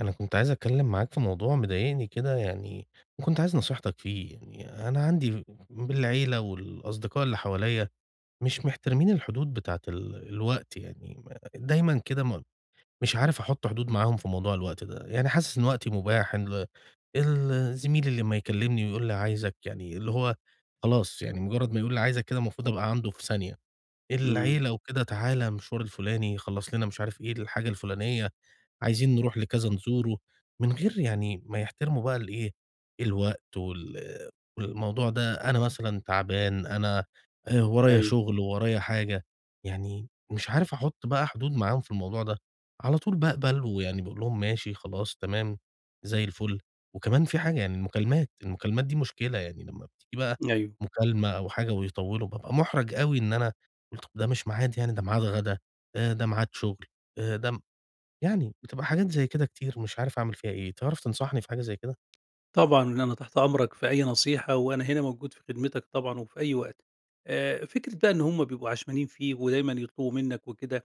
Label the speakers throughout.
Speaker 1: أنا كنت عايز أتكلم معاك في موضوع مضايقني كده يعني، وكنت عايز نصيحتك فيه، يعني أنا عندي بالعيلة والأصدقاء اللي حواليّا مش محترمين الحدود بتاعة الوقت يعني، ما دايمًا كده ما مش عارف أحط حدود معاهم في موضوع الوقت ده، يعني حاسس إن وقتي مباح، الزميل اللي أما يكلمني ويقول لي عايزك يعني اللي هو خلاص، يعني مجرد ما يقول لي عايزك كده المفروض أبقى عنده في ثانية.
Speaker 2: إمم،
Speaker 1: العيلة وكده، تعالَ المشوار الفلاني، خلّص لنا مش عارف إيه الحاجة الفلانية، عايزين نروح لكذا نزوره، من غير يعني ما يحترموا بقى الإيه، الوقت وال والموضوع ده أنا مثلًا تعبان، أنا ورايا
Speaker 2: أيوه،
Speaker 1: شغل، ورايا حاجة، يعني مش عارف أحُط بقى حدود معاهم في الموضوع ده، على طول باقبل ويعني باقول لهم ماشي، خلاص، تمام، زي الفل. وكمان في حاجة يعني المكالمات، المكالمات دي مشكلة، يعني لمّا بتيجي بقى
Speaker 2: أيوه،
Speaker 1: مكالمة أو حاجة ويطوّلوا، بابقى مُحرَج أوي إن أنا قُلت ده مش ميعاد يعني، ده ميعاد غدا، ده ميعاد شغل، ده م يعني بتبقى حاجات زي كده كتير مش عارف أعمل فيها إيه، تعرف تنصحني في حاجة زي كده؟
Speaker 2: طبعًا أنا تحت أمرك في أي نصيحة، وأنا هنا موجود في خدمتك طبعًا وفي أي وقت. فكرة بقى إن هُم بيبقوا عشمانين فيك ودايمًا يطلبوا منك وكده،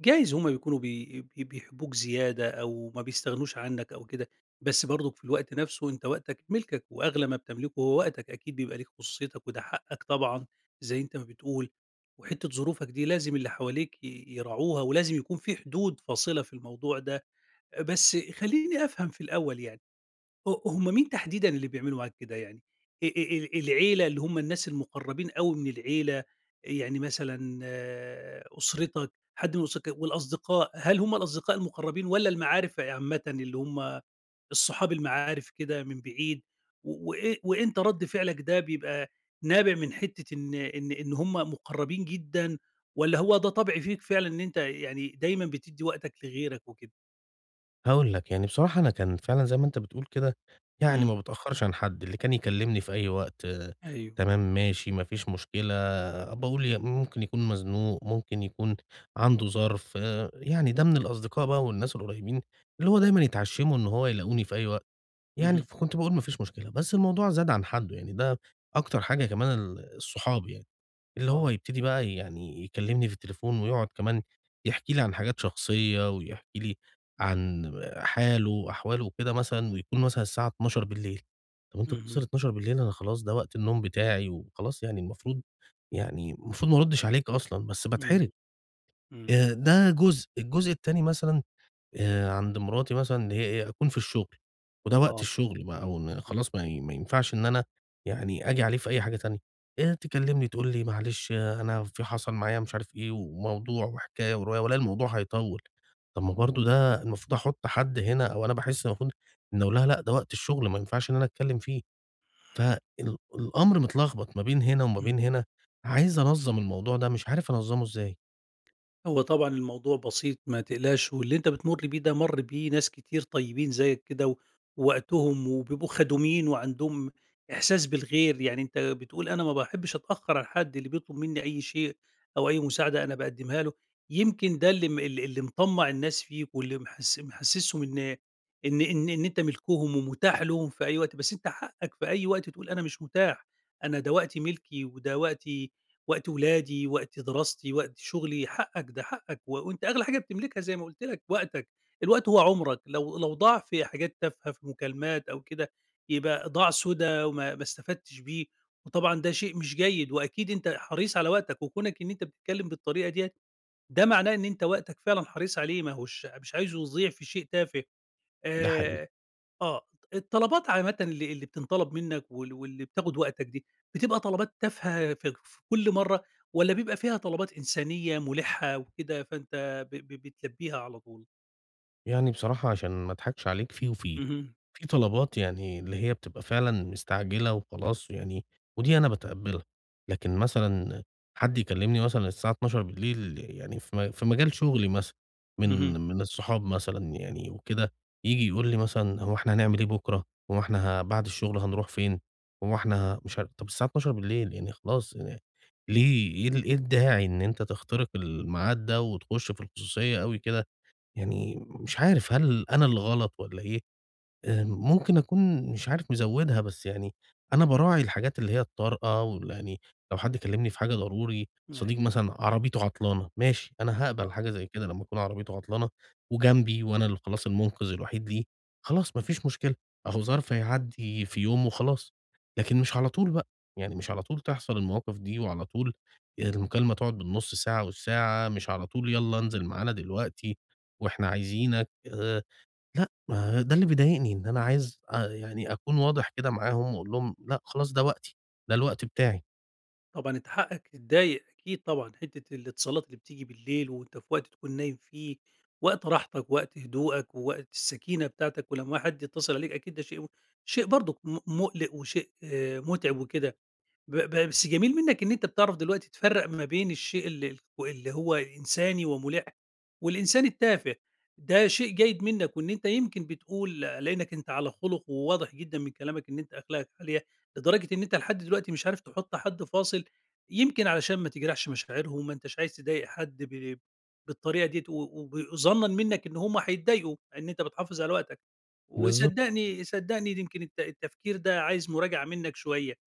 Speaker 2: جايز هُم بيكونوا بي بي بيحبوك زيادة أو ما بيستغنوش عنك أو كده، بس برضك في الوقت نفسه أنت وقتك ملكك، وأغلى ما بتملكه هو وقتك، أكيد بيبقى ليك خصوصيتك وده حقك طبعًا زي أنت ما بتقول، وحتة ظروفك دي لازم اللي حواليك يراعوها ولازم يكون في حدود فاصلة في الموضوع ده. بس خلّيني أفهم في الأول يعني هم مين تحديدًا اللي بيعملوا معاك كده يعني؟ أ أ العيلة اللي هم الناس المقرّبين أوي من العيلة، يعني مثلًا آه، أسرتك، حد من أسرتك والأصدقاء، هل هم الأصدقاء المقرّبين والّا المعارف عامةً اللي هم الصحاب المعارف كده من بعيد؟ و وإ وأنت رَد فعلك ده بيبقى نابع من حتّة إن هم مقرّبين جدًا والّا هو ده طبع فيك فعلًا إن أنت يعني دايمًا بتدّي وقتك لغيرك وكده؟
Speaker 1: هاقول لك، يعني بصراحة أنا كان فعلًا زي ما أنت بتقول كده، يعني
Speaker 2: إمم،
Speaker 1: ما باتأخرش عن حد، اللي كان يكلمني في أي وقت،
Speaker 2: أيوه،
Speaker 1: تمام ماشي ما فيش مشكلة، باقول ي ممكن يكون مزنوق، ممكن يكون عنده ظرف، يعني ده من الأصدقاء بقى والناس القريبين، اللي هو دايمًا يتعشموا إن هو يلاقوني في أي وقت. يعني
Speaker 2: اهم،
Speaker 1: ف كنت باقول ما فيش مشكلة، بس الموضوع زاد عن حدُّه، يعني ده أكتر حاجة كمان الصحاب يعني، اللي هو
Speaker 2: آه،
Speaker 1: يبتدي بقى يعني يكلّمني في التليفون ويقعد كمان يحكي لي عن حاجات شخصية ويحكي لي عن حاله وأحواله وكده مثلًا ويكون مثلًا الساعة 00:00، طَب أنت بتتصل
Speaker 2: اهم،
Speaker 1: 00:00 أنا خلاص ده وقت النوم بتاعي وخلاص يعني المفروض، ما أردّش عليك أصلًا، بس باتحرج.
Speaker 2: إمم. إمم،
Speaker 1: ده جزء، الجزء التاني مثلًا عند مراتي مثلًا اللي هي إيه، أكون في الشغل، وده وقت
Speaker 2: آه،
Speaker 1: الشغل بقى وإن
Speaker 2: إمم،
Speaker 1: خلاص ما ينفعش إن أنا يعني آجي عليه في أي حاجة تانية، تكلمني تقول لي: "معلش أنا في حصل معايا مش عارف إيه وموضوع وحكاية ورواية." والاقي الموضوع هيطوّل، طب ما برضه ده المفروض أحط حد هنا أو أنا باحس المفروض إن أقول لها لأ، ده وقت الشغل ما ينفعش إن أنا أتكلم فيه، فال
Speaker 2: إمم،
Speaker 1: الأمر متلخبط ما بين هنا وما
Speaker 2: إمم.
Speaker 1: بين هنا، عايز أنظّم الموضوع ده مش عارف أنظّمه إزاي،
Speaker 2: هو طبعًا الموضوع بسيط ما تقلقش، واللي أنت بتمُر بيه ده مَر بيه ناس كتير طيبين زيك كده و ووقتهم وبيبقوا خدومين وعندهم إحساس بالغير، يعني أنت بتقول أنا ما باحبش أتأخّر على حد، اللي بيطلب منّي أي شيء أو أي مساعدة أنا باقدّمها له، يمكن ده اللي م ال اللي مطمّع الناس فيك واللي محسّسهم إن أنت ملكهم ومتاح لهم في أي وقت، بس أنت حقّك في أي وقت تقول أنا مش متاح، أنا ده وقتي ملكي وده وقتي وقت ولادي، وقت دراستي، وقت شغلي، حقك ده حقك، و- وأنت أغلى حاجة بتملكها زي ما قُلت لك وقتك، الوقت هو عمرك، لو ضاع في حاجات تافهة في مكالمات أو كده، يبقى ضاع سُدى وما ما استفدتش بيه، وطبعًا ده شيء مش جيد، وأكيد أنت حريص على وقتك، وكونك إن أنت بتتكلم بالطريقة ديّة، ده معناه إن أنت وقتك فعلًا حريص عليه، ما هوش مش عايزه يضيع في شيء تافه.
Speaker 1: ده حقيقي.
Speaker 2: آآ آه، الطلبات عامةً اللي بتنطلب منك واللي بتاخد وقتك دي، بتبقى طلبات تافهة في كل مرّة والّا بيبقى فيها طلبات إنسانية مُلِحّة وكده فأنت ب ب بتلبّيها على طول؟
Speaker 1: يعني بصراحة عشان ما أضحكش عليك فيه وفيه،
Speaker 2: اهم،
Speaker 1: في طلبات يعني اللي هي بتبقى فعلًا مستعجلة وخلاص يعني، ودي أنا باتقبّلها، لكن مثلًا حد يكلمني مثلًا الساعة 00:00، يعني في مجال شغلي مثلًا،
Speaker 2: اهم،
Speaker 1: من الصحاب مثلًا يعني وكده، ييجي يقول لي مثلًا: "هو إحنا هنعمل إيه بُكرة؟ هو إحنا بعد الشغل هنروح فين؟ هو إحنا ه" مش عارف طب الساعة 00:00، يعني خلاص يعني ليه، إيه الداعي إن أنت تخترق الميعاد ده وتخش في الخصوصية أوي كده؟ يعني مش عارف هل أنا اللي غلط والّا إيه؟ ممكن أكون مش عارف مزوّدها، بس يعني أنا باراعي الحاجات اللي هي الطارئة يعني لو حد كلّمني في حاجة ضروري،
Speaker 2: أيوه.
Speaker 1: صديق مثلًا عربيته عطلانة، ماشي، أنا هاقبل
Speaker 2: آه،
Speaker 1: حاجة زي كده لمّا تكون عربيته عطلانة وجنبي وأنا اللي خلاص المُنقذ الوحيد ليه، خلاص ما فيش مشكلة، أهو ظرف هيعدّي في يوم وخلاص، لكن مش على
Speaker 2: إمم.
Speaker 1: طول بقى، يعني مش على طول تحصل المواقف دي وعلى طول المكالمة تقعد بالنُص ساعة والساعة، مش على طول يالّا انزل معانا دلوقتي وإحنا عايزينك، لأ، ما ده اللي بيضايقني، إن أنا عايز يعني أكون واضح كده معاهم وأقول لهم لأ خلاص ده وقتي، ده الوقت بتاعي.
Speaker 2: طبعًا أنت حقك تتضايق أكيد طبعًا، حتّة الاتصالات اللي بتيجي بالليل وأنت في وقت تكون نايم فيه، وقت راحتك ووقت هدوءك ووقت السكينة بتاعتك، ولمّا حد يتصل عليك أكيد ده شيء برضُك مُقلق وشيء آه، مُتعب وكده. ب ب بس جميل منّك إن أنت بتعرف دلوقتي تفرّق ما بين الشيء اللي هو إنساني ومُلِح، والإنسان التافه، ده شيء جيد منّك، وإن أنت يمكن بتقول لإنّك أنت على خُلُق وواضح جدًا من كلامك إن أنت أخلاقك عالية، لدرجة إن أنت لحد دلوقتي مش عارف تحُط حد فاصل، يمكن علشان ما تجرحش مشاعرهم، ما أنتش عايز تضايق حد بالطريقة ديّة، و ظنًا منّك إن هم هيتضايقوا إن أنت بتحافظ على وقتك،
Speaker 1: بالضبط.
Speaker 2: وصدّقني صدّقني يمكن التفكير ده عايز مراجعة منّك شوية.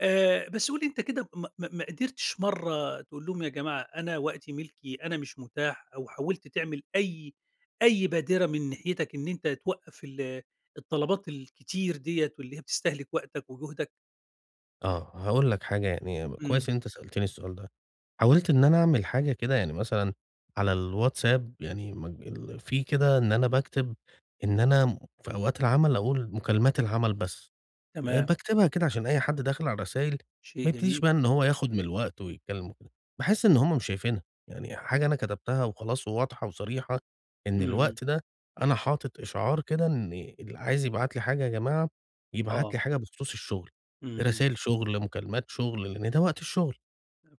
Speaker 2: بس قُل لي أنت كده ما قدرتش مرّة تقول لهم يا جماعة أنا وقتي ملكي، أنا مش متاح، أو حاولت تعمل أي بادرة من ناحيتك إن أنت توقّف الطلبات الكتير ديّة واللي هي بتستهلك وقتك وجهدك؟
Speaker 1: آه، هاقول لك حاجة يعني
Speaker 2: إمم،
Speaker 1: كويس إن أنت سألتني السؤال ده، حاولت إن أنا أعمل حاجة كده يعني مثلًا على الواتساب يعني مج ال في كده إن أنا باكتب إن أنا في أوقات العمل أقول مكالمات العمل بس.
Speaker 2: تمام،
Speaker 1: باكتبها كده عشان أي حد داخل على الرسايل
Speaker 2: شيء
Speaker 1: ما يبتديش
Speaker 2: جميل،
Speaker 1: بقى إن هو ياخد من الوقت ويتكلم وكده، باحس إن هُم مش شايفينها، يعني حاجة أنا كتبتها وخلاص وواضحة وصريحة إن
Speaker 2: اهم،
Speaker 1: الوقت ده أنا حاطط إشعار كده إن اللي عايز يبعت لي حاجة يا جماعة، يبعت
Speaker 2: آه،
Speaker 1: لي حاجة بخصوص الشغل،
Speaker 2: اهم،
Speaker 1: رسايل شغل، مكالمات شغل، لإن ده وقت الشغل.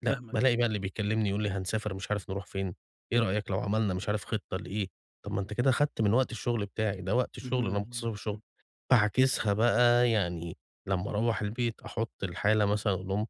Speaker 1: لأ،
Speaker 2: فاهمك،
Speaker 1: بالاقي بقى اللي بيكلمني يقول لي: "هنسافر مش عارف نروح فين، إيه رأيك لو عملنا مش عارف خطة لإيه؟" طب ما أنت كده خدت من وقت الشغل بتاعي، ده وقت الشغل
Speaker 2: اهم،
Speaker 1: أنا مخصصه للشغل.
Speaker 2: اهم،
Speaker 1: باعاكسها بقى يعني لمّا أروّح البيت أحط الحالة مثلًا أقول لهم: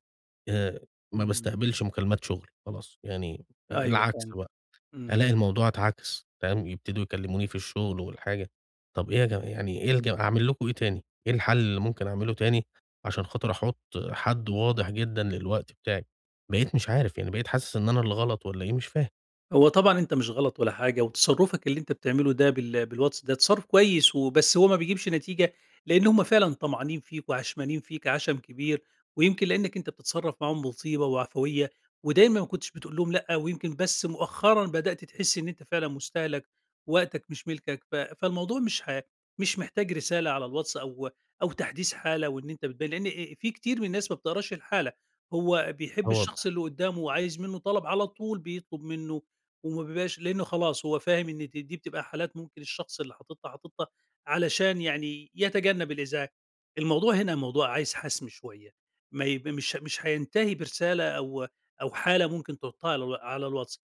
Speaker 1: "آآ ما
Speaker 2: إمم،
Speaker 1: باستقبلش مكالمات شغل." خلاص، يعني
Speaker 2: أيوه
Speaker 1: العكس
Speaker 2: فاهمك،
Speaker 1: بقى.
Speaker 2: إمم.
Speaker 1: ألاقي الموضوع اتعكس، فاهم، يبتدوا يكلموني في الشغل والحاجة، طَب إيه يا جماعة يعني إيه أعمل لكم إيه تاني؟ إيه الحل اللي ممكن أعمله تاني عشان خاطر أحُط حد واضح جدًا للوقت بتاعي؟ بقيت مش عارف، يعني بقيت حاسس إن أنا اللي غلط والّا إيه، مش فاهم.
Speaker 2: هو طبعًا أنت مش غلط ولا حاجة، وتصرُّفك اللي أنت بتعمله ده بالواتس ده تصرُّف كويس وبس هو ما بيجيبش نتيجة، لإن هم فعلًا طمعانين فيك وعشمانين فيك عَشَم كبير، ويمكن لإنك أنت بتتصرّف معاهم بطيبة وعفوية، ودايمًا ما كنتش بتقول لهم لأ، ويمكن بس مؤخرًا بدأت تحس إن أنت فعلًا مستهلك، وقتك مش ملكك، فالموضوع مش محتاج رسالة على الواتس أو تحديث حالة وإن أنت بتبان لإن في كتير من الناس ما بتقراش الحالة، هو
Speaker 1: آه،
Speaker 2: بيحب الشخص
Speaker 1: والله
Speaker 2: اللي قدّامه وعايز منه طلب على طول، بيطلب منه وما بيبقاش لأنه خلاص هو فاهم إن دي بتبقى حالات ممكن الشخص اللي حاططها حاططها علشان يعني يتجنب الإزعاج. الموضوع هنا موضوع عايز حَسم شوية، ما يب مش مش هينتهي برسالة أو حالة ممكن تحطها على الواتس.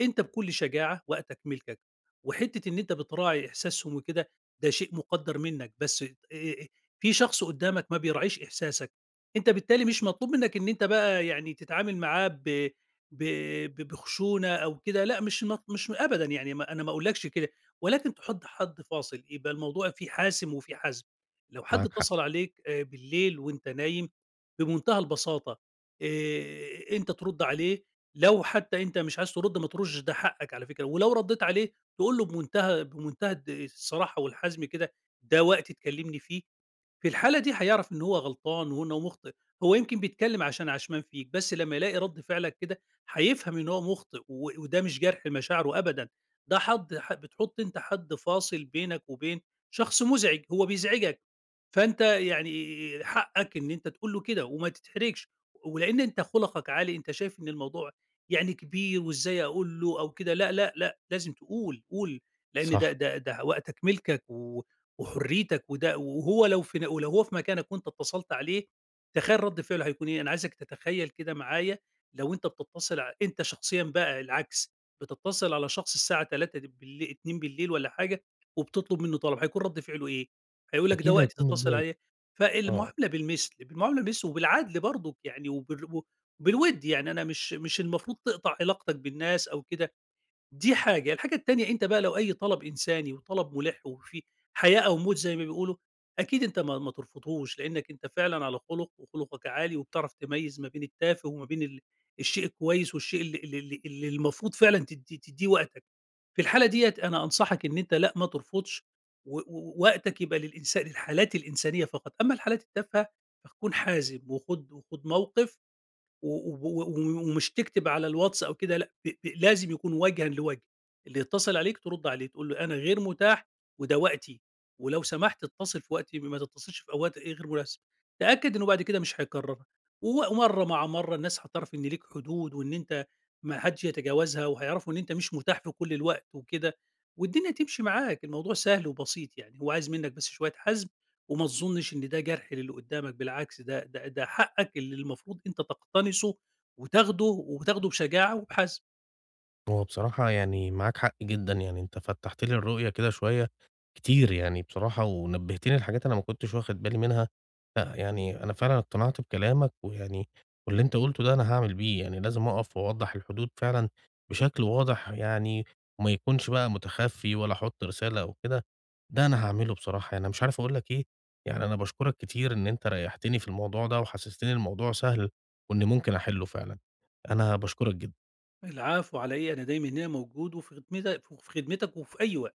Speaker 2: أنت بكل شجاعة وقتك ملكك، وحتّة إن أنت بتراعي إحساسهم وكده ده شيء مُقدّر منّك، بس آآ في شخص قدّامك ما بيراعيش إحساسك، أنت بالتالي مش مطلوب منّك إن أنت بقى يعني تتعامل معاه ب ب ب بخشونة أو كده، لأ مش أبدًا يعني ما أنا ما أقولكش كده، ولكن تحُط حد فاصل، يبقى الموضوع فيه حاسم وفيه حزم. لو حد
Speaker 1: معاك حق،
Speaker 2: اتصل عليك بالليل وأنت نايم بمنتهى البساطة أنت ترُد عليه، لو حتى أنت مش عايز ترُد ما تردش ده حقك على فكرة، ولو ردّيت عليه تقول له بمنتهى الصراحة والحزم كده، ده وقت تكلمني فيه في الحالة دي هيعرف إن هو غلطان وإنه مُخطئ، هو يمكن بيتكلّم عشان عشمان فيك، بس لمّا يلاقي رَد فعلك كده هيفهم إن هو مُخطئ وده مش جرح لمشاعره أبدًا، ده حد بتحُط أنت حد فاصل بينك وبين شخص مُزعج، هو بيزعجك، فأنت يعني حقّك إن أنت تقول له كده وما تتحرجش، ولإن أنت خُلقك عالي أنت شايف إن الموضوع يعني كبير وإزاي أقول له أو كده، لأ، لأ، لأ، لازم تقول، قُل، لإن
Speaker 1: صح،
Speaker 2: ده وقتك ملكك و وحريتك وده وهو لو في ولو هو في مكانك وأنت اتصلت عليه، تخيّل رد فعله هيكون إيه، أنا عايزك تتخيّل كده معايا لو أنت بتتصل أنت شخصيًا بقى العكس، بتتصل على شخص الساعة 03:00 د باللي 02:00 والّا حاجة وبتطلب منه طلب، هيكون رد فعله إيه؟ هيقول لك ده
Speaker 1: أكيد
Speaker 2: وقت
Speaker 1: هيكون
Speaker 2: تتصل
Speaker 1: متضايق،
Speaker 2: عليه
Speaker 1: آه.
Speaker 2: فالمعاملة بالمثل، بالمعاملة بالمثل وبالعدل برضُك يعني وبالوِد، يعني أنا مش المفروض تقطع علاقتك بالناس أو كده. دي حاجة، الحاجة التانية أنت بقى لو أي طلب إنساني وطلب مُلِح وفيه حياة أو موت زي ما بيقولوا، أكيد أنت ما ترفضهوش، لإنّك أنت فعلًا على خُلُق وخُلُقك عالي وبتعرف تميّز ما بين التافه وما بين الشيء الكويس والشيء ال ال ال اللي المفروض فعلًا تدّيه وقتك. في الحالة ديّة أنا أنصحك إن أنت لأ، ما ترفضش و و وقتك يبقى للحالات الإنسانية فقط، أمّا الحالات التافهة فكُن حازم وخُد موقف و و و ومش تكتب على الواتس أو كده لأ، ب لازم يكون وجهًا لوجه، اللي يتصل عليك ترد عليه تقول له أنا غير متاح وده وقتي، ولو سمحت اتصل في وقتي ما تتصلش في أوقات إيه غير مناسبة، تأكد إنه بعد كده مش هيكررها، ومرّة مع مرّة الناس هتعرف إن ليك حدود وإن أنت ما حدش يتجاوزها، وهيعرفوا إن أنت مش متاح في كل الوقت وكده، والدنيا تمشي معاك، الموضوع سهل وبسيط يعني، هو عايز منك بس شوية حزم وما تظنش إن ده جرح للي قدّامك، بالعكس ده حقك اللي المفروض أنت تقتنصه وتاخده بشجاعة وبحزم.
Speaker 1: هو بصراحة يعني معاك حق جدًا، يعني أنت فتّحت لي الرؤية كده شوية كتير يعني بصراحة، ونبّهتني لحاجات أنا ما كنتش واخد بالي منها، لأ يعني أنا فعلًا اقتنعت بكلامك، ويعني واللي أنت قُلته ده أنا هاعمل بيه، يعني لازم أقف وأوضّح الحدود فعلًا بشكل واضح يعني، وما يكونش بقى متخفي ولا أحط رسالة أو كده، ده أنا هاعمله بصراحة، يعني أنا مش عارف أقول لك إيه، يعني أنا باشكرك كتير إن أنت ريّحتني في الموضوع ده، وحسستني الموضوع سهل، وإن ممكن أحله فعلًا، أنا باشكرك جدًا.
Speaker 2: العفو على إيه، أنا دايمًا هنا موجود وفي خدمتك وفي أي وقت.